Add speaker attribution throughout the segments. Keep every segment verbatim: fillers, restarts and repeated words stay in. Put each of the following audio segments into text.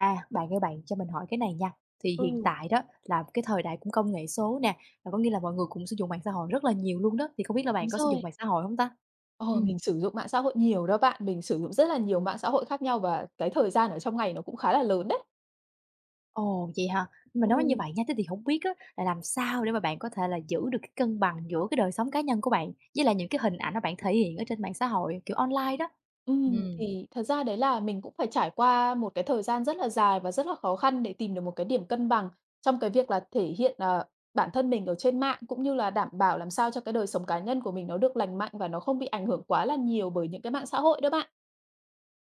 Speaker 1: À, bạn ơi bạn, cho mình hỏi cái này nha. Thì hiện
Speaker 2: Ừ,
Speaker 1: tại đó là cái thời đại cũng công nghệ số nè, là có nghĩa là mọi người cũng sử dụng mạng xã hội rất là nhiều luôn đó, thì không biết là bạn
Speaker 2: đúng
Speaker 1: có sử dụng
Speaker 2: rồi.
Speaker 1: mạng xã hội không ta? Ừ.
Speaker 2: Ờ, mình sử dụng mạng xã hội nhiều đó bạn, mình sử dụng rất là nhiều mạng xã hội khác nhau và cái thời gian ở trong ngày nó cũng khá là lớn đấy.
Speaker 1: Ồ, vậy hả? Nhưng mà
Speaker 2: Ừ.
Speaker 1: nói như vậy nha, thế thì không biết á là làm sao để mà bạn có thể là giữ được cái cân bằng giữa cái đời sống cá nhân của bạn với lại những cái hình ảnh mà bạn thể hiện ở trên mạng xã hội, kiểu, online đó?
Speaker 2: Ừm,
Speaker 1: Ừ.
Speaker 2: thì thật ra đấy là mình cũng phải trải qua một cái thời gian rất là dài và rất là khó khăn để tìm được một cái điểm cân bằng trong cái việc là thể hiện, ờ, bản thân mình ở trên mạng, cũng như là đảm bảo làm sao cho cái đời sống cá nhân của mình nó được lành mạnh và nó không bị ảnh hưởng quá là nhiều bởi những cái mạng xã hội đó bạn.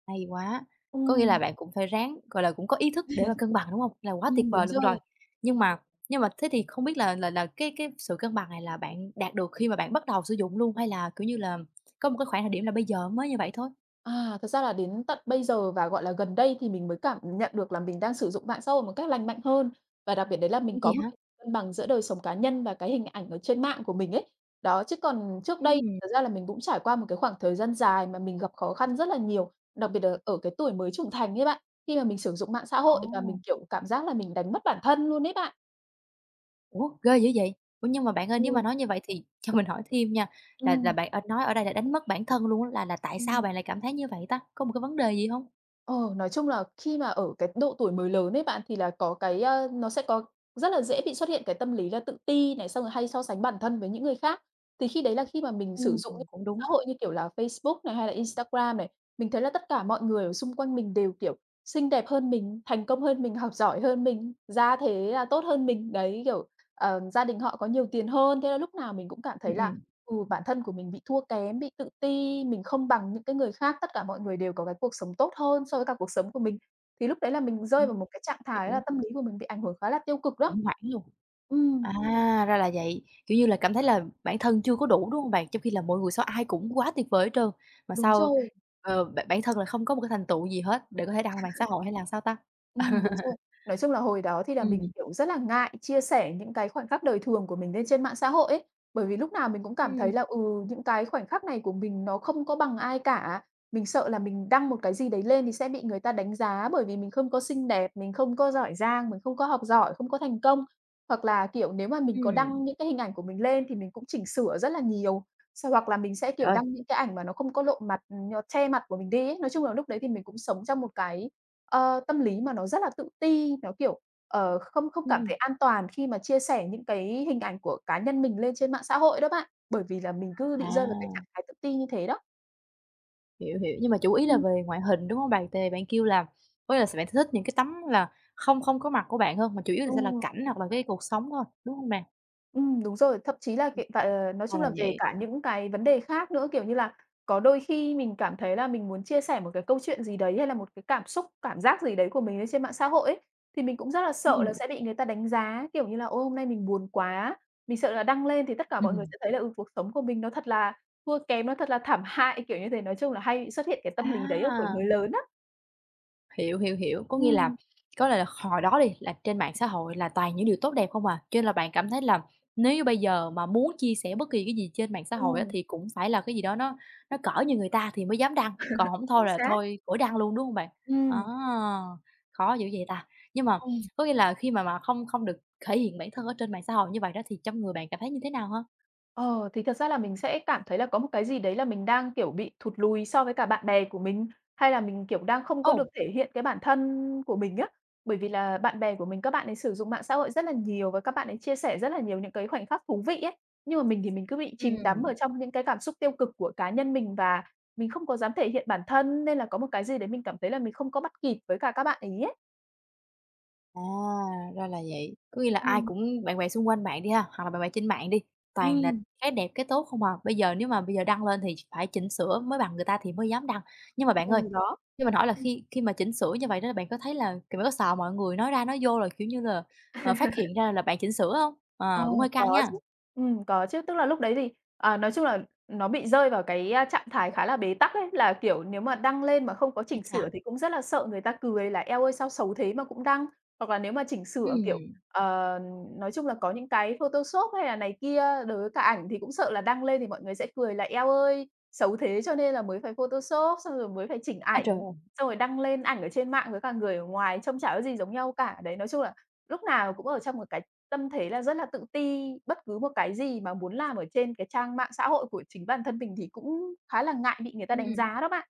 Speaker 1: Hay quá! Có
Speaker 2: Ừ.
Speaker 1: nghĩa là bạn cũng phải ráng, gọi là, cũng có ý thức để mà cân bằng, đúng hông? Là quá tuyệt
Speaker 2: Ừm,
Speaker 1: vời
Speaker 2: đúng
Speaker 1: luôn rồi.
Speaker 2: rồi.
Speaker 1: Nhưng mà nhưng mà thế thì không biết là là là cái cái sự cân bằng này là bạn đạt được khi mà bạn bắt đầu sử dụng luôn hay là, kiểu như là, có một cái khoảng thời điểm là bây giờ mới như vậy thôi?
Speaker 2: À, thật ra là đến tận bây giờ và, gọi là, gần đây thì mình mới cảm nhận được là mình đang sử dụng mạng xã hội một cách lành mạnh hơn. Và đặc biệt đấy là
Speaker 1: Ủa,
Speaker 2: mình
Speaker 1: vậy
Speaker 2: có một
Speaker 1: hả?
Speaker 2: cái cân bằng giữa đời sống cá nhân và cái hình ảnh ở trên mạng của mình ấy. Đó, chứ còn trước đây
Speaker 1: Ừm,
Speaker 2: thật ra là mình cũng trải qua một cái khoảng thời gian dài mà mình gặp khó khăn rất là nhiều, đặc biệt là ở cái tuổi mới trưởng thành ấy bạn, khi mà mình sử dụng mạng xã
Speaker 1: ồ,
Speaker 2: hội và mình, kiểu, cảm giác là mình đánh mất bản thân luôn ấy bạn.
Speaker 1: ủa, ghê dữ vậy! Ủa, nhưng mà bạn ơi, nếu mà
Speaker 2: Ừm.
Speaker 1: nói như vậy thì cho mình hỏi thêm nha, là là
Speaker 2: Ừm.
Speaker 1: bạn, ờ, nói ở đây là đánh mất bản thân luôn á, là là tại sao
Speaker 2: Ừm.
Speaker 1: bạn lại cảm thấy như vậy ta? Có một cái vấn đề gì hông?
Speaker 2: Ờ, nói chung là khi mà ở cái độ tuổi mới lớn ấy bạn, thì là có cái, a nó sẽ có rất là dễ bị xuất hiện cái tâm lý là tự ti này, xong rồi hay so sánh bản thân với những người khác. Thì khi đấy là khi mà mình sử
Speaker 1: Ừm,
Speaker 2: dụng những
Speaker 1: cũng
Speaker 2: xã
Speaker 1: đúng.
Speaker 2: hội như kiểu là Facebook này, hay là Instagram này, mình thấy là tất cả mọi người ở xung quanh mình đều, kiểu, xinh đẹp hơn mình, thành công hơn mình, học giỏi hơn mình, ra thế là tốt hơn mình. Đấy, kiểu, Ờm, gia đình họ có nhiều tiền hơn, thế là lúc nào mình cũng cảm thấy
Speaker 1: Ừm,
Speaker 2: là,
Speaker 1: ừm,
Speaker 2: ừ, bản thân của mình bị thua kém, bị tự ti, mình không bằng những cái người khác, tất cả mọi người đều có cái cuộc sống tốt hơn so với cả cuộc sống của mình. Thì lúc đấy là mình rơi
Speaker 1: ừm,
Speaker 2: vào một cái trạng thái là
Speaker 1: hiểu,
Speaker 2: tâm lý của mình bị ảnh hưởng khá là tiêu cực đó.
Speaker 1: khủng hoảng luôn.
Speaker 2: Ừm,
Speaker 1: À, ra là vậy, kiểu như là, cảm thấy là bản thân chưa có đủ, đúng hông bạn? Trong khi là mọi người sao ai cũng quá tuyệt vời hết trơn, mà
Speaker 2: đúng
Speaker 1: sao,
Speaker 2: rồi.
Speaker 1: ờ, bản bản thân là không có một cái thành tựu gì hết để có thể đăng lên mạng xã hội hay là sao ta?
Speaker 2: Ừm, đúng rồi. Nói chung là hồi đó thì là mình,
Speaker 1: Ừm,
Speaker 2: kiểu, rất là ngại chia sẻ những cái khoảnh khắc đời thường của mình lên trên mạng xã hội ấy, bởi vì lúc nào mình cũng cảm
Speaker 1: ừm,
Speaker 2: thấy là, ừ, những cái khoảnh khắc này của mình nó không có bằng ai cả. Mình sợ là mình đăng một cái gì đấy lên thì sẽ bị người ta đánh giá bởi vì mình không có xinh đẹp, mình không có giỏi giang, mình không có học giỏi, không có thành công. Hoặc là, kiểu, nếu mà mình có
Speaker 1: ừm,
Speaker 2: đăng những cái hình ảnh của mình lên thì mình cũng chỉnh sửa rất là nhiều. Sao hoặc là mình sẽ,
Speaker 1: trời
Speaker 2: kiểu,
Speaker 1: ơi,
Speaker 2: đăng những cái ảnh mà nó không có lộ mặt, ừ, nó che mặt của mình đi ấy. Nói chung là lúc đấy thì mình cũng sống trong một cái, ờ, tâm lý mà nó rất là tự ti, nó, kiểu, ờ, không không
Speaker 1: ừm,
Speaker 2: cảm
Speaker 1: ừm,
Speaker 2: thấy an toàn khi mà chia sẻ những cái hình ảnh của cá nhân mình lên trên mạng xã hội đó bạn, bởi vì là mình cứ bị rơi vào cái trạng
Speaker 1: à,
Speaker 2: thái tự ti như thế đó.
Speaker 1: hiểu, hiểu, nhưng mà chủ yếu là
Speaker 2: Ừm.
Speaker 1: về ngoại hình, đúng hông bạn? Tại vì bạn kêu là có nghĩa là s bạn thích những cái tấm là không không có mặt của bạn hơn, mà chủ yếu là sẽ là
Speaker 2: Ừ.
Speaker 1: cảnh hoặc là cái cuộc sống thôi, đúng hông nè?
Speaker 2: Ừm, đúng rồi, thậm chí là hiện tại ờ, nói
Speaker 1: Ra
Speaker 2: chung
Speaker 1: là
Speaker 2: là về
Speaker 1: vậy,
Speaker 2: cả những cái vấn đề khác nữa, kiểu như là, có đôi khi mình cảm thấy là mình muốn chia sẻ một cái câu chuyện gì đấy hay là một cái cảm xúc, cảm giác gì đấy của mình lên trên mạng xã hội ấy, thì mình cũng rất là sợ
Speaker 1: ừm,
Speaker 2: là sẽ bị người ta đánh giá, kiểu như là "Ôi, hôm nay mình buồn quá." Mình sợ là đăng lên thì tất cả mọi người
Speaker 1: ừm,
Speaker 2: sẽ thấy là, ừ, cuộc sống của mình nó thật là thua kém, nó thật là thảm hại, kiểu như thế. Nói chung là hay bị xuất hiện cái tâm lý đấy ở tuổi
Speaker 1: à.
Speaker 2: mới lớn á.
Speaker 1: Hiểu, hiểu, hiểu. Có nghĩa là
Speaker 2: Ừm,
Speaker 1: có lẽ là hồi đó đi, là trên mạng xã hội là toàn những điều tốt đẹp không à, cho nên là bạn cảm thấy là nếu như bây giờ mà muốn chia sẻ bất kỳ cái gì trên mạng xã hội á,
Speaker 2: ừm,
Speaker 1: thì cũng phải là cái gì đó nó nó cỡ như người ta thì mới dám đăng, còn không thôi
Speaker 2: chính
Speaker 1: là
Speaker 2: xác.
Speaker 1: thôi khỏi đăng luôn, đúng không bạn? Á,
Speaker 2: Ừm,
Speaker 1: khó dữ vậy ta! Nhưng mà
Speaker 2: ừm.
Speaker 1: có nghĩa là khi mà mà không không được thể hiện bản thân ở trên mạng xã hội như vậy đó thì trong người bạn cảm thấy như thế nào hả?
Speaker 2: Ờ, thì thật ra là mình sẽ cảm thấy là có một cái gì đấy là mình đang, kiểu, bị thụt lùi so với cả bạn bè của mình, hay là mình, kiểu, đang không có được
Speaker 1: Ồ,
Speaker 2: thể hiện cái bản thân của mình á. Bởi vì là bạn bè của mình các bạn ấy sử dụng mạng xã hội rất là nhiều và các bạn ấy chia sẻ rất là nhiều những cái khoảnh khắc thú vị ấy, nhưng mà mình thì mình cứ bị chìm đắm
Speaker 1: ừm.
Speaker 2: ở trong những cái cảm xúc tiêu cực của cá nhân mình và mình không có dám thể hiện bản thân, nên là có một cái gì đấy mình cảm thấy là mình không có bắt kịp với cả các bạn ấy ấy.
Speaker 1: À, ra là vậy. Có nghĩa là
Speaker 2: Ừ,
Speaker 1: ai cũng bạn bè xung quanh bạn đi ha, hoặc là bạn bè trên mạng đi, toàn là
Speaker 2: ừm,
Speaker 1: cái đẹp, cái tốt không à. Bây giờ nếu mà bây giờ đăng lên thì phải chỉnh sửa mới bằng người ta thì mới dám đăng. Nhưng mà bạn ơi,
Speaker 2: ừ, đó.
Speaker 1: nhưng mình hỏi là khi khi mà chỉnh sửa như vậy đó bạn có thấy là, kiểu, bạn có sợ mọi người nói ra nói vô là, kiểu như là, ờ, phát hiện ra là bạn chỉnh sửa không? Ờ, cũng
Speaker 2: Ồ,
Speaker 1: hơi căng
Speaker 2: có
Speaker 1: nha.
Speaker 2: chứ. Ừm, có chứ. Tức là lúc đấy thì, à, nói chung là nó bị rơi vào cái, a, trạng thái khá là bế tắc ấy, là, kiểu, nếu mà đăng lên mà không có
Speaker 1: Ái
Speaker 2: chỉnh
Speaker 1: chà,
Speaker 2: sửa thì cũng rất là sợ người ta cười là "Eo ơi, sao xấu thế mà cũng đăng?" Hoặc là nếu mà chỉnh
Speaker 1: ừ.
Speaker 2: sửa, kiểu, ờ, nói chung là có những cái Photoshop hay là này kia đối với cả ảnh thì cũng sợ là đăng lên thì mọi người sẽ cười là "Eo ơi, xấu thế cho nên là mới phải Photoshop, xong rồi mới phải chỉnh
Speaker 1: Ôi
Speaker 2: ảnh,
Speaker 1: trời ơi,
Speaker 2: xong rồi đăng lên ảnh ở trên mạng với cả người ở ngoài trông chả có gì giống nhau cả." Đấy, nói chung là lúc nào cũng ở trong một cái tâm thế là rất là tự ti, bất cứ một cái gì mà muốn làm ở trên cái trang mạng xã hội của chính bản thân mình thì cũng khá là ngại bị người ta đánh
Speaker 1: ừm,
Speaker 2: giá đó bạn.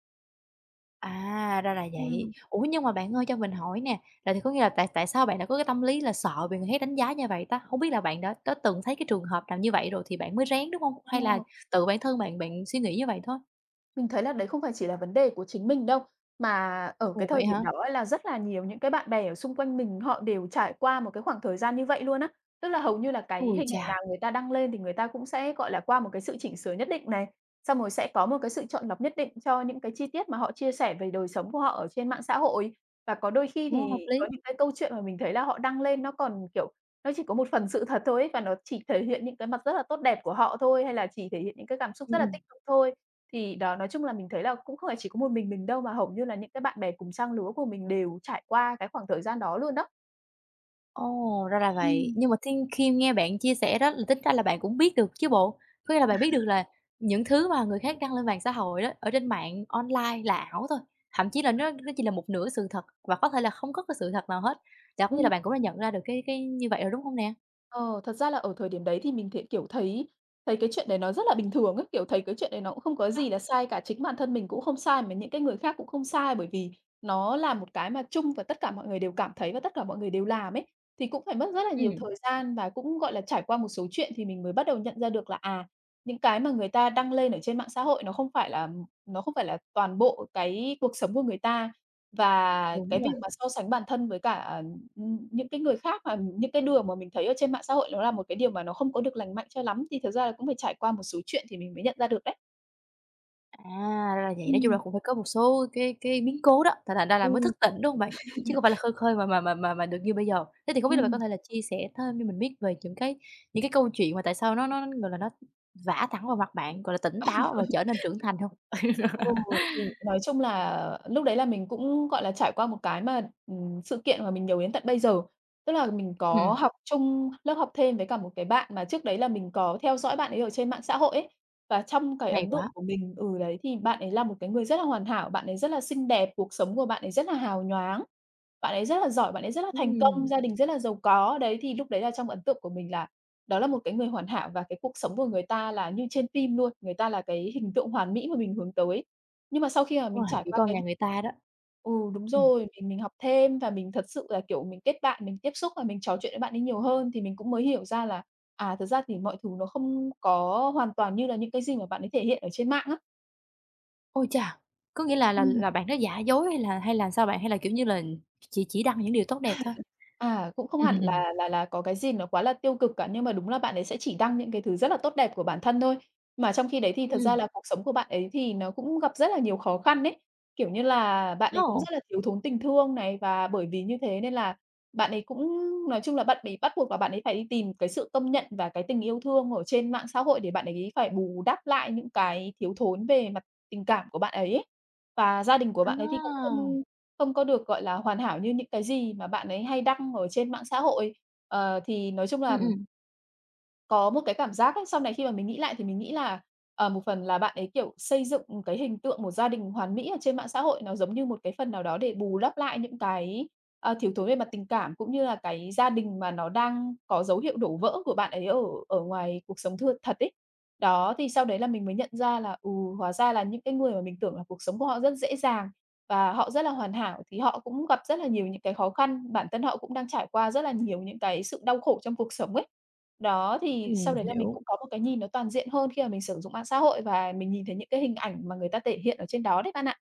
Speaker 1: à, ra là vậy.
Speaker 2: Ừm,
Speaker 1: Ủa, nhưng mà bạn ơi cho mình hỏi nè, là thì có nghĩa là tại tại sao bạn đã có cái tâm lý là sợ bị người khác đánh giá như vậy ta? Không biết là bạn đã có từng thấy cái trường hợp nào như vậy rồi thì bạn mới rén, đúng không? Hay là
Speaker 2: ờ.
Speaker 1: tự bản thân bạn bạn suy nghĩ như vậy thôi?
Speaker 2: Mình thấy là đấy không phải chỉ là vấn đề của chính mình đâu, mà ở cái
Speaker 1: Ồ,
Speaker 2: thời
Speaker 1: vậy
Speaker 2: điểm
Speaker 1: hả?
Speaker 2: đó ấy là rất là nhiều những cái bạn bè ở xung quanh mình họ đều trải qua một cái khoảng thời gian như vậy luôn á. Tức là hầu như là cái
Speaker 1: Ui
Speaker 2: hình
Speaker 1: chà,
Speaker 2: ảnh nào người ta đăng lên thì người ta cũng sẽ, gọi là, qua một cái sự chỉnh sửa nhất định này, xong rồi sẽ có một cái sự chọn lọc nhất định cho những cái chi tiết mà họ chia sẻ về đời sống của họ ở trên mạng xã hội. Và có đôi khi
Speaker 1: cũng hợp
Speaker 2: thì có
Speaker 1: lý.
Speaker 2: những cái câu chuyện mà mình thấy là họ đăng lên nó còn, kiểu, nó chỉ có một phần sự thật thôi ấy, và nó chỉ thể hiện những cái mặt rất là tốt đẹp của họ thôi, hay là chỉ thể hiện những cái cảm xúc
Speaker 1: Ừm,
Speaker 2: rất là
Speaker 1: ừm.
Speaker 2: tích cực thôi. Thì đó, nói chung là mình thấy là cũng không phải chỉ có một mình mình đâu, mà hầu như là những cái bạn bè cùng trang lứa của mình đều trải qua cái khoảng thời gian đó luôn đó.
Speaker 1: Ồ, ra là vậy.
Speaker 2: Ừm,
Speaker 1: Nhưng mà thiên khi nghe bạn chia sẻ đó là tính ra là bạn cũng biết được chứ bộ? Có nghĩa là bạn biết được là những thứ mà người khác đăng lên mạng xã hội đó, ở trên mạng online là ảo thôi, thậm chí là nó nó chỉ là một nửa sự thật và có thể là không có cái sự thật nào hết. Là cũng như là
Speaker 2: ừm.
Speaker 1: bạn cũng đã nhận ra được cái cái như vậy rồi, đúng không nè?
Speaker 2: Ờ, Thật ra là ở thời điểm đấy thì mình thấy, kiểu, thấy thấy cái chuyện đấy nó rất là bình thường ấy, kiểu, thấy cái chuyện đấy nó cũng không có
Speaker 1: Ơ.
Speaker 2: gì là sai cả, chính bản thân mình cũng không sai, mà những cái người khác cũng không sai, bởi vì nó là một cái mà chung và tất cả mọi người đều cảm thấy và tất cả mọi người đều làm ấy. Thì cũng phải mất rất là nhiều thời gian và cũng, gọi là, trải qua một số chuyện thì mình mới bắt đầu nhận ra được là, à, những cái mà người ta đăng lên ở trên mạng xã hội nó không phải là nó không phải là toàn bộ cái cuộc sống của người ta. Và cái
Speaker 1: Đúng rồi.
Speaker 2: việc mà so sánh bản thân với cả Ừm, những cái người khác mà những cái điều mà mình thấy ở trên mạng xã hội nó là một cái điều mà nó không có được lành mạnh cho lắm, thì thực ra là cũng phải trải qua một số chuyện thì mình mới nhận ra được đấy.
Speaker 1: À, ra là vậy, nói chung là
Speaker 2: Ừm,
Speaker 1: cũng phải có một số cái cái biến cố đó, thành thành ra là mới
Speaker 2: ừ.
Speaker 1: thức tỉnh, đúng hông bạn? Chứ không phải là khơi khơi mà mà mà mà mà được như bây giờ. Thế thì không biết là bạn có
Speaker 2: Ừm.
Speaker 1: thể là chia sẻ thêm cho mình biết về những cái những cái câu chuyện mà tại sao nó nó, gọi là, nó vả thẳng vào mặt bạn, gọi là, tỉnh táo và trở nên trưởng thành hông?
Speaker 2: Ừ, thì nói chung là lúc đấy là mình cũng, gọi là, trải qua một cái mà, ừm, sự kiện mà mình nhớ đến tận bây giờ. Tức là mình có
Speaker 1: Ừm,
Speaker 2: học chung lớp học thêm với cả một cái bạn mà trước đấy là mình có theo dõi bạn ấy ở trên mạng xã hội ấy. Và trong cái
Speaker 1: hay
Speaker 2: ấn tượng
Speaker 1: quá.
Speaker 2: của mình ừ, đấy, thì bạn ấy là một cái người rất là hoàn hảo, bạn ấy rất là xinh đẹp, cuộc sống của bạn ấy rất là hào nhoáng, bạn ấy rất là giỏi, bạn ấy rất là thành công,
Speaker 1: Ừm,
Speaker 2: gia đình rất là giàu có. Đấy, thì lúc đấy là trong ấn tượng của mình là đó là một cái người hoàn hảo và cái cuộc sống của người ta là như trên phim luôn, người ta là cái hình tượng hoàn mỹ mà mình hướng tới. Nhưng mà sau khi mà
Speaker 1: wow,
Speaker 2: mình trải
Speaker 1: kiểu
Speaker 2: qua
Speaker 1: con
Speaker 2: cái
Speaker 1: nhà người ta đó.
Speaker 2: Ừ, đúng
Speaker 1: Ừm,
Speaker 2: rồi, mình mình học thêm và mình thật sự là, kiểu, mình kết bạn, mình tiếp xúc và mình trò chuyện với bạn ấy nhiều hơn thì mình cũng mới hiểu ra là, à, thật ra thì mọi thứ nó không có hoàn toàn như là những cái gì mà bạn ấy thể hiện ở trên mạng á.
Speaker 1: ôi chà, có nghĩa là là
Speaker 2: Ừm.
Speaker 1: là bạn đó giả dối hay là hay là sao bạn? Hay là, kiểu như là, chỉ chỉ đăng những điều tốt đẹp thôi?
Speaker 2: À, cũng không hẳn là là là có cái gì nó quá là tiêu cực cả, nhưng mà đúng là bạn ấy sẽ chỉ đăng những cái thứ rất là tốt đẹp của bản thân thôi. Mà trong khi đấy thì thật ra
Speaker 1: Ừm.
Speaker 2: là cuộc sống của bạn ấy thì nó cũng gặp rất là nhiều khó khăn đấy. Kiểu như là, bạn ấy cũng
Speaker 1: Ồ,
Speaker 2: rất là thiếu thốn tình thương này, và bởi vì như thế nên là bạn ấy cũng nói chung là bạn ấy bắt buộc là bạn ấy phải đi tìm cái sự công nhận và cái tình yêu thương ở trên mạng xã hội để bạn ấy phải bù đắp lại những cái thiếu thốn về mặt tình cảm của bạn ấy ấy. Và gia đình của bạn ấy thì cũng
Speaker 1: à,
Speaker 2: không không có được, gọi là, hoàn hảo như những cái gì mà bạn ấy hay đăng ở trên mạng xã hội. Ờ, thì nói chung
Speaker 1: ừm,
Speaker 2: là
Speaker 1: ừm.
Speaker 2: có một cái cảm giác ấy, sau này khi mà mình nghĩ lại thì mình nghĩ là, ờ, một phần là bạn ấy, kiểu, xây dựng cái hình tượng một gia đình hoàn mỹ ở trên mạng xã hội, nó giống như một cái phần nào đó để bù đắp lại những cái, ờ, thiếu thốn về mặt tình cảm, cũng như là cái gia đình mà nó đang có dấu hiệu đổ vỡ của bạn ấy ở ở ngoài cuộc sống thưa thật ấy. Đó, thì sau đấy là mình mới nhận ra là, ừ, hóa ra là những cái người mà mình tưởng là cuộc sống của họ rất dễ dàng và họ rất là hoàn hảo thì họ cũng gặp rất là nhiều những cái khó khăn, bản thân họ cũng đang trải qua rất là nhiều những cái sự đau khổ trong cuộc sống ấy. Đó, thì
Speaker 1: Ừm,
Speaker 2: sau đấy là mình
Speaker 1: hiểu.
Speaker 2: cũng có một cái nhìn nó toàn diện hơn khi mà mình sử dụng mạng xã hội và mình nhìn thấy những cái hình ảnh mà người ta thể hiện ở trên đó đấy bạn ạ.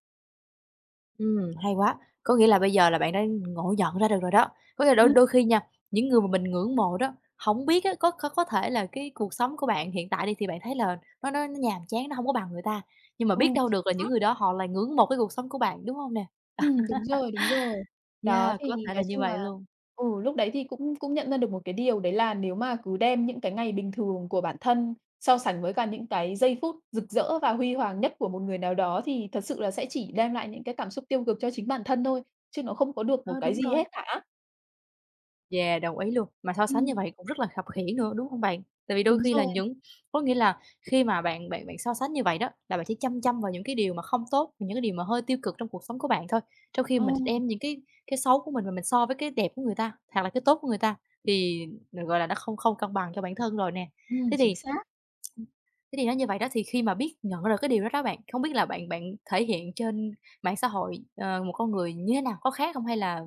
Speaker 1: Ừm, hay quá. Có nghĩa là bây giờ là bạn đã ngộ nhận ra được rồi đó. Có nghĩa là đôi
Speaker 2: Ừm,
Speaker 1: đôi khi nha, những người mà mình ngưỡng mộ đó, hổng biết á, có có có thể là cái cuộc sống của bạn hiện tại đi thì bạn thấy là nó nó nó nhàm chán, nó hông có bằng người ta, nhưng mà biết
Speaker 2: ừm,
Speaker 1: đâu được là những người đó họ lại ngưỡng mộ cái cuộc sống của bạn, đúng hông nè?
Speaker 2: Ừm, đúng rồi, đúng rồi. Đó,
Speaker 1: Yeah, có
Speaker 2: thì
Speaker 1: thể là
Speaker 2: nói
Speaker 1: như
Speaker 2: chung là
Speaker 1: vậy luôn.
Speaker 2: ừ, lúc đấy thì cũng cũng nhận ra được một cái điều đấy là nếu mà cứ đem những cái ngày bình thường của bản thân so sánh với cả những cái giây phút rực rỡ và huy hoàng nhất của một người nào đó thì thật sự là sẽ chỉ đem lại những cái cảm xúc tiêu cực cho chính bản thân thôi, chứ nó không có được một
Speaker 1: Ờ,
Speaker 2: cái
Speaker 1: đúng
Speaker 2: gì
Speaker 1: rồi.
Speaker 2: hết cả.
Speaker 1: Yeah, đồng ý luôn. Mà so sánh
Speaker 2: Ừm,
Speaker 1: như vậy cũng rất là khập khiễng nữa, đúng không bạn? Tại vì đôi
Speaker 2: đúng
Speaker 1: khi là
Speaker 2: rồi.
Speaker 1: những có nghĩa là khi mà bạn bạn bạn so sánh như vậy đó, là bạn chỉ chăm chăm vào những cái điều mà không tốt, những cái điều mà hơi tiêu cực trong cuộc sống của bạn thôi. Trong khi
Speaker 2: Ờ,
Speaker 1: mình đem những cái cái xấu của mình mà mình so với cái đẹp của người ta, hoặc là cái tốt của người ta thì, gọi là, nó không không cân bằng cho bản thân rồi nè.
Speaker 2: ừm,
Speaker 1: Thế
Speaker 2: chính
Speaker 1: thì
Speaker 2: xác.
Speaker 1: thế thì nói như vậy đó, thì khi mà biết nhận ra được cái điều đó đó bạn, không biết là bạn bạn thể hiện trên mạng xã hội, ờ, một con người như thế nào? Có khác không hay là,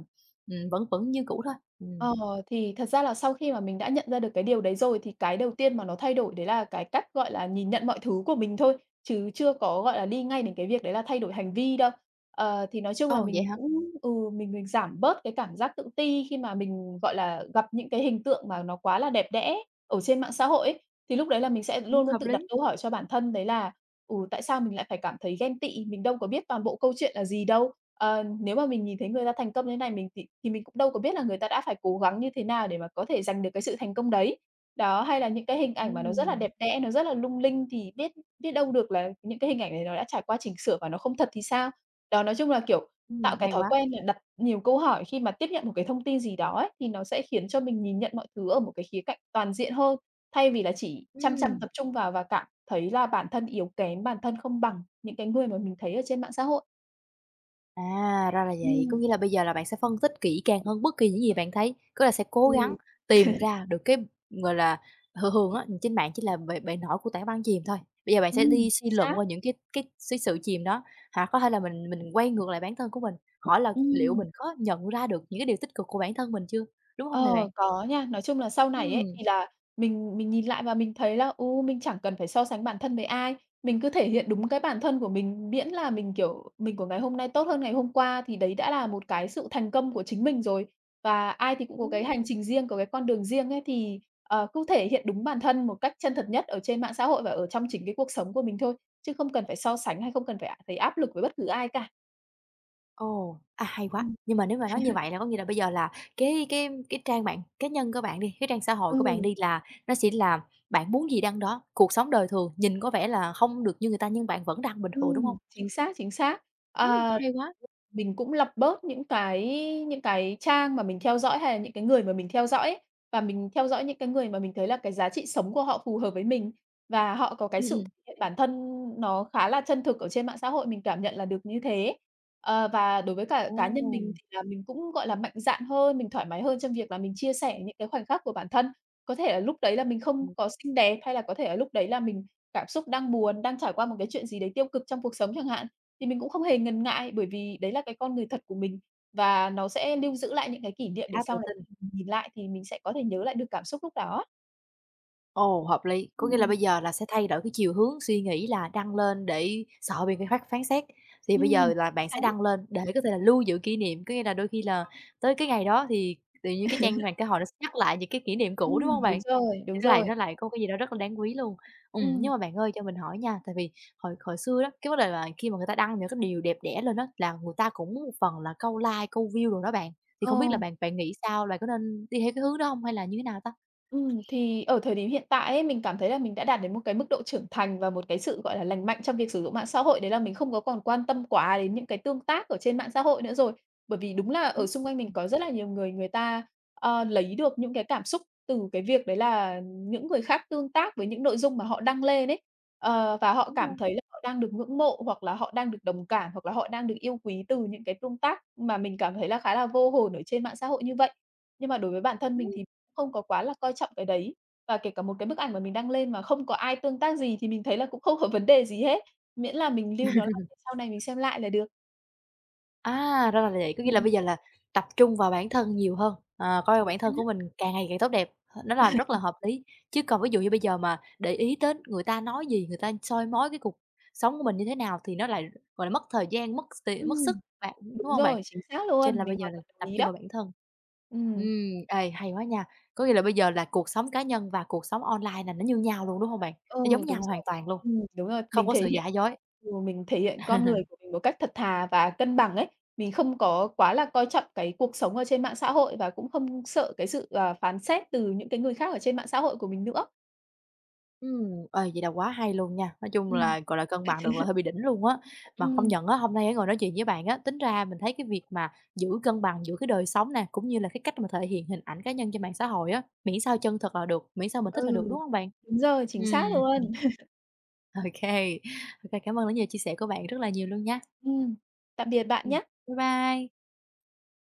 Speaker 1: ừm, vẫn vẫn như cũ thôi? Ừm.
Speaker 2: Ờ, thì thật ra là sau khi mà mình đã nhận ra được cái điều đấy rồi thì cái đầu tiên mà nó thay đổi đấy là cái cách, gọi là, nhìn nhận mọi thứ của mình thôi, chứ chưa có, gọi là, đi ngay đến cái việc đấy là thay đổi hành vi đâu. Ờ, thì nói chung là
Speaker 1: Ồ, vậy
Speaker 2: mình
Speaker 1: hả?
Speaker 2: cũng ừ, mình mình giảm bớt cái cảm giác tự ti khi mà mình, gọi là, gặp những cái hình tượng mà nó quá là đẹp đẽ ở trên mạng xã hội ấy, thì lúc đấy là mình sẽ
Speaker 1: Ừm,
Speaker 2: luôn luôn
Speaker 1: hợp
Speaker 2: tự đặt
Speaker 1: lý.
Speaker 2: câu hỏi cho bản thân đấy là "Ừ, tại sao mình lại phải cảm thấy ghen tị? Mình đâu có biết toàn bộ câu chuyện là gì đâu." Ờ, nếu mà mình nhìn thấy người ta thành công như thế này mình thì thì mình cũng đâu có biết là người ta đã phải cố gắng như thế nào để mà có thể giành được cái sự thành công đấy. Đó, hay là những cái hình ảnh mà nó rất là
Speaker 1: Ừm,
Speaker 2: đẹp đẽ, nó rất là lung linh thì biết biết đâu được là những cái hình ảnh này nó đã trải qua chỉnh sửa và nó không thật thì sao? Đó, nói chung là, kiểu,
Speaker 1: ừm,
Speaker 2: tạo cái
Speaker 1: hay
Speaker 2: thói
Speaker 1: quá.
Speaker 2: quen là đặt nhiều câu hỏi khi mà tiếp nhận một cái thông tin gì đó ấy, thì nó sẽ khiến cho mình nhìn nhận mọi thứ ở một cái khía cạnh toàn diện hơn, thay vì là chỉ chăm chăm
Speaker 1: Ừm,
Speaker 2: tập trung vào và cảm thấy là bản thân yếu kém, bản thân không bằng những cái người mà mình thấy ở trên mạng xã hội.
Speaker 1: à, ra là vậy. Có
Speaker 2: Ừm.
Speaker 1: nghĩa là bây giờ là bạn sẽ phân tích kỹ càng hơn bất kỳ những gì bạn thấy, có là sẽ cố gắng
Speaker 2: Ừm,
Speaker 1: tìm ra được cái, gọi là, thường thường á, trên mạng chỉ là bề bề nổi của tảng băng chìm thôi. Bây giờ bạn sẽ đi
Speaker 2: Ừm. Chính
Speaker 1: suy luận
Speaker 2: xác.
Speaker 1: qua những cái cái cái sự chìm đó, hoặc có thể là mình mình quay ngược lại bản thân của mình, hỏi là liệu
Speaker 2: Ừm,
Speaker 1: mình có nhận ra được những cái điều tích cực của bản thân mình chưa, đúng hông nè
Speaker 2: ờ,
Speaker 1: bạn?
Speaker 2: có nha. Nói chung là sau này ấy,
Speaker 1: Ừm.
Speaker 2: thì là mình mình nhìn lại và mình thấy là, ừ, mình chẳng cần phải so sánh bản thân với ai, mình cứ thể hiện đúng cái bản thân của mình, miễn là mình, kiểu, mình của ngày hôm nay tốt hơn ngày hôm qua thì đấy đã là một cái sự thành công của chính mình rồi. Và ai thì cũng có cái
Speaker 1: Ừm.
Speaker 2: hành trình riêng, có cái con đường riêng ấy, thì, ờ, cứ thể hiện đúng bản thân một cách chân thật nhất ở trên mạng xã hội và ở trong chính cái cuộc sống của mình thôi, chứ không cần phải so sánh hay không cần phải à, thấy áp lực với bất cứ ai cả.
Speaker 1: Ồ, à, hay quá!
Speaker 2: Ừm.
Speaker 1: Nhưng mà nếu mà nói như vậy là có nghĩa là bây giờ là cái cái cái trang mạng cá nhân của bạn đi, cái trang xã hội của bạn
Speaker 2: Ừm.
Speaker 1: đi là nó sẽ là bạn muốn gì đăng đó, cuộc sống đời thường nhìn có vẻ là không được như người ta nhưng bạn vẫn đăng bình thường, đúng
Speaker 2: Ừm,
Speaker 1: không?
Speaker 2: chính xác, chính xác.
Speaker 1: Ừm,
Speaker 2: Ờ,
Speaker 1: hay quá!
Speaker 2: mình cũng lọc bớt những cái những cái trang mà mình theo dõi hay là những cái người mà mình theo dõi ấy, và mình theo dõi những cái người mà mình thấy là cái giá trị sống của họ phù hợp với mình và họ có cái
Speaker 1: Ừm,
Speaker 2: sự
Speaker 1: ừm.
Speaker 2: thể hiện bản thân nó khá là chân thực ở trên mạng xã hội, mình cảm nhận là được như thế. Ờ, và đối với cả cá nhân
Speaker 1: Ồ,
Speaker 2: mình thì là mình cũng, gọi là, mạnh dạn hơn, mình thoải mái hơn trong việc là mình chia sẻ những cái khoảnh khắc của bản thân. Có thể là lúc đấy là mình không
Speaker 1: ừm,
Speaker 2: có xinh đẹp hay là có thể là lúc đấy là mình cảm xúc đang buồn, đang trải qua một cái chuyện gì đấy tiêu cực trong cuộc sống chẳng hạn, thì mình cũng không hề ngần ngại bởi vì đấy là cái con người thật của mình và nó sẽ lưu giữ lại những cái kỷ niệm
Speaker 1: khá
Speaker 2: để
Speaker 1: tự
Speaker 2: sau này
Speaker 1: tin.
Speaker 2: khi mình nhìn lại thì mình sẽ có thể nhớ lại được cảm xúc lúc đó.
Speaker 1: Ồ, hợp lý. Có nghĩa là
Speaker 2: Ừm.
Speaker 1: bây giờ là sẽ thay đổi cái chiều hướng suy nghĩ là đăng lên để sợ bị người khác phán xét, thì bây
Speaker 2: Ừm,
Speaker 1: giờ là bạn sẽ
Speaker 2: xác.
Speaker 1: đăng lên để có thể là lưu giữ kỷ niệm. Có nghĩa là đôi khi là tới cái ngày đó thì tự nhiên cái trang mạng xã hội nó sẽ nhắc lại những cái kỷ niệm cũ, đúng không
Speaker 2: Ừm, đúng
Speaker 1: bạn?
Speaker 2: rồi,
Speaker 1: Thì
Speaker 2: đúng
Speaker 1: nó lại
Speaker 2: rồi.
Speaker 1: nó lại có cái gì đó rất là đáng quý luôn. Ừ
Speaker 2: Ừm,
Speaker 1: nhưng mà bạn ơi cho mình hỏi nha, tại vì hồi hồi xưa đó, cái vấn đề là khi mà người ta đăng những cái điều đẹp đẽ lên đó, là người ta cũng một phần là câu like, câu view rồi đó bạn. Thì
Speaker 2: ờ.
Speaker 1: không biết là bạn bạn nghĩ sao? Bạn có nên đi theo cái hướng đó không hay là như thế nào ta?
Speaker 2: Ừm, thì ở thời điểm hiện tại ấy, mình cảm thấy là mình đã đạt đến một cái mức độ trưởng thành và một cái sự, gọi là, lành mạnh trong việc sử dụng mạng xã hội, đấy là mình không có còn quan tâm quá đến những cái tương tác ở trên mạng xã hội nữa rồi. Bởi vì đúng là
Speaker 1: Ừm,
Speaker 2: ở xung quanh mình có rất là nhiều người người ta, ờ, lấy được những cái cảm xúc từ cái việc đấy là những người khác tương tác với những nội dung mà họ đăng lên ấy. Ờ, và họ
Speaker 1: đúng
Speaker 2: cảm
Speaker 1: rồi.
Speaker 2: thấy là họ đang được ngưỡng mộ, hoặc là họ đang được đồng cảm, hoặc là họ đang được yêu quý từ những cái tương tác mà mình cảm thấy là khá là vô hồn ở trên mạng xã hội như vậy. Nhưng mà đối với bản thân mình thì không có quá là coi trọng cái đấy. Và kể cả một cái bức ảnh mà mình đăng lên mà không có ai tương tác gì thì mình thấy là cũng không có vấn đề gì hết, miễn là mình lưu nó lại để sau này mình xem lại là được.
Speaker 1: À, ra là vậy, có nghĩa là
Speaker 2: Ừm,
Speaker 1: bây giờ là tập trung vào bản thân nhiều hơn, ờ, coi
Speaker 2: chính
Speaker 1: bản thân của
Speaker 2: xác.
Speaker 1: mình càng ngày càng tốt đẹp, nó là rất là hợp lý. Chứ còn ví dụ như bây giờ mà để ý đến người ta nói gì, người ta soi mói cái cuộc sống của mình như thế nào thì nó lại, gọi là, mất thời gian, mất s mất sức
Speaker 2: Ừm,
Speaker 1: bạn, đúng
Speaker 2: đúng
Speaker 1: không bạn?
Speaker 2: rồi, chính xác
Speaker 1: Cho nên
Speaker 2: luôn,
Speaker 1: là bây
Speaker 2: mình
Speaker 1: giờ
Speaker 2: hoàn
Speaker 1: là
Speaker 2: toàn đồng
Speaker 1: tập
Speaker 2: ý
Speaker 1: trung
Speaker 2: đó.
Speaker 1: vào bản thân.
Speaker 2: Ừm,
Speaker 1: Ừm, ê, hay quá nha, có nghĩa là bây giờ là cuộc sống cá nhân và cuộc sống online là nó như nhau luôn, đúng không bạn? Nó giống
Speaker 2: ừ, đúng
Speaker 1: nhau hoàn
Speaker 2: rồi.
Speaker 1: toàn luôn,
Speaker 2: Ừm, đúng rồi,
Speaker 1: không
Speaker 2: mình
Speaker 1: có
Speaker 2: thể
Speaker 1: sự
Speaker 2: hiện
Speaker 1: giả dối.
Speaker 2: ừ, mình thể hiện con người của mình một cách thật thà và cân bằng ấy. Mình không có quá là coi trọng cái cuộc sống ở trên mạng xã hội và cũng không sợ cái sự, à, phán xét từ những cái người khác ở trên mạng xã hội của mình nữa.
Speaker 1: Ừm, ê, vậy là quá hay luôn nha. Nói chung
Speaker 2: Ừm.
Speaker 1: là, gọi là, cân bằng được là hơi bị đỉnh luôn á. Mà không
Speaker 2: Ừm.
Speaker 1: nhận á, hôm nay á ngồi nói chuyện với bạn á, tính ra mình thấy cái việc mà giữ cân bằng giữa cái đời sống nè, cũng như là cái cách mà thể hiện hình ảnh cá nhân trên mạng xã hội á, miễn sao chân thật là được, miễn sao mình thích là
Speaker 2: Ừ,
Speaker 1: được, đúng không bạn?
Speaker 2: đúng rồi, chính
Speaker 1: Ừm,
Speaker 2: xác luôn.
Speaker 1: ok ok cảm ơn những gì chia sẻ của bạn rất là nhiều luôn nha.
Speaker 2: Ừm, tạm biệt bạn
Speaker 1: Ừm,
Speaker 2: nhá.
Speaker 1: bye bye.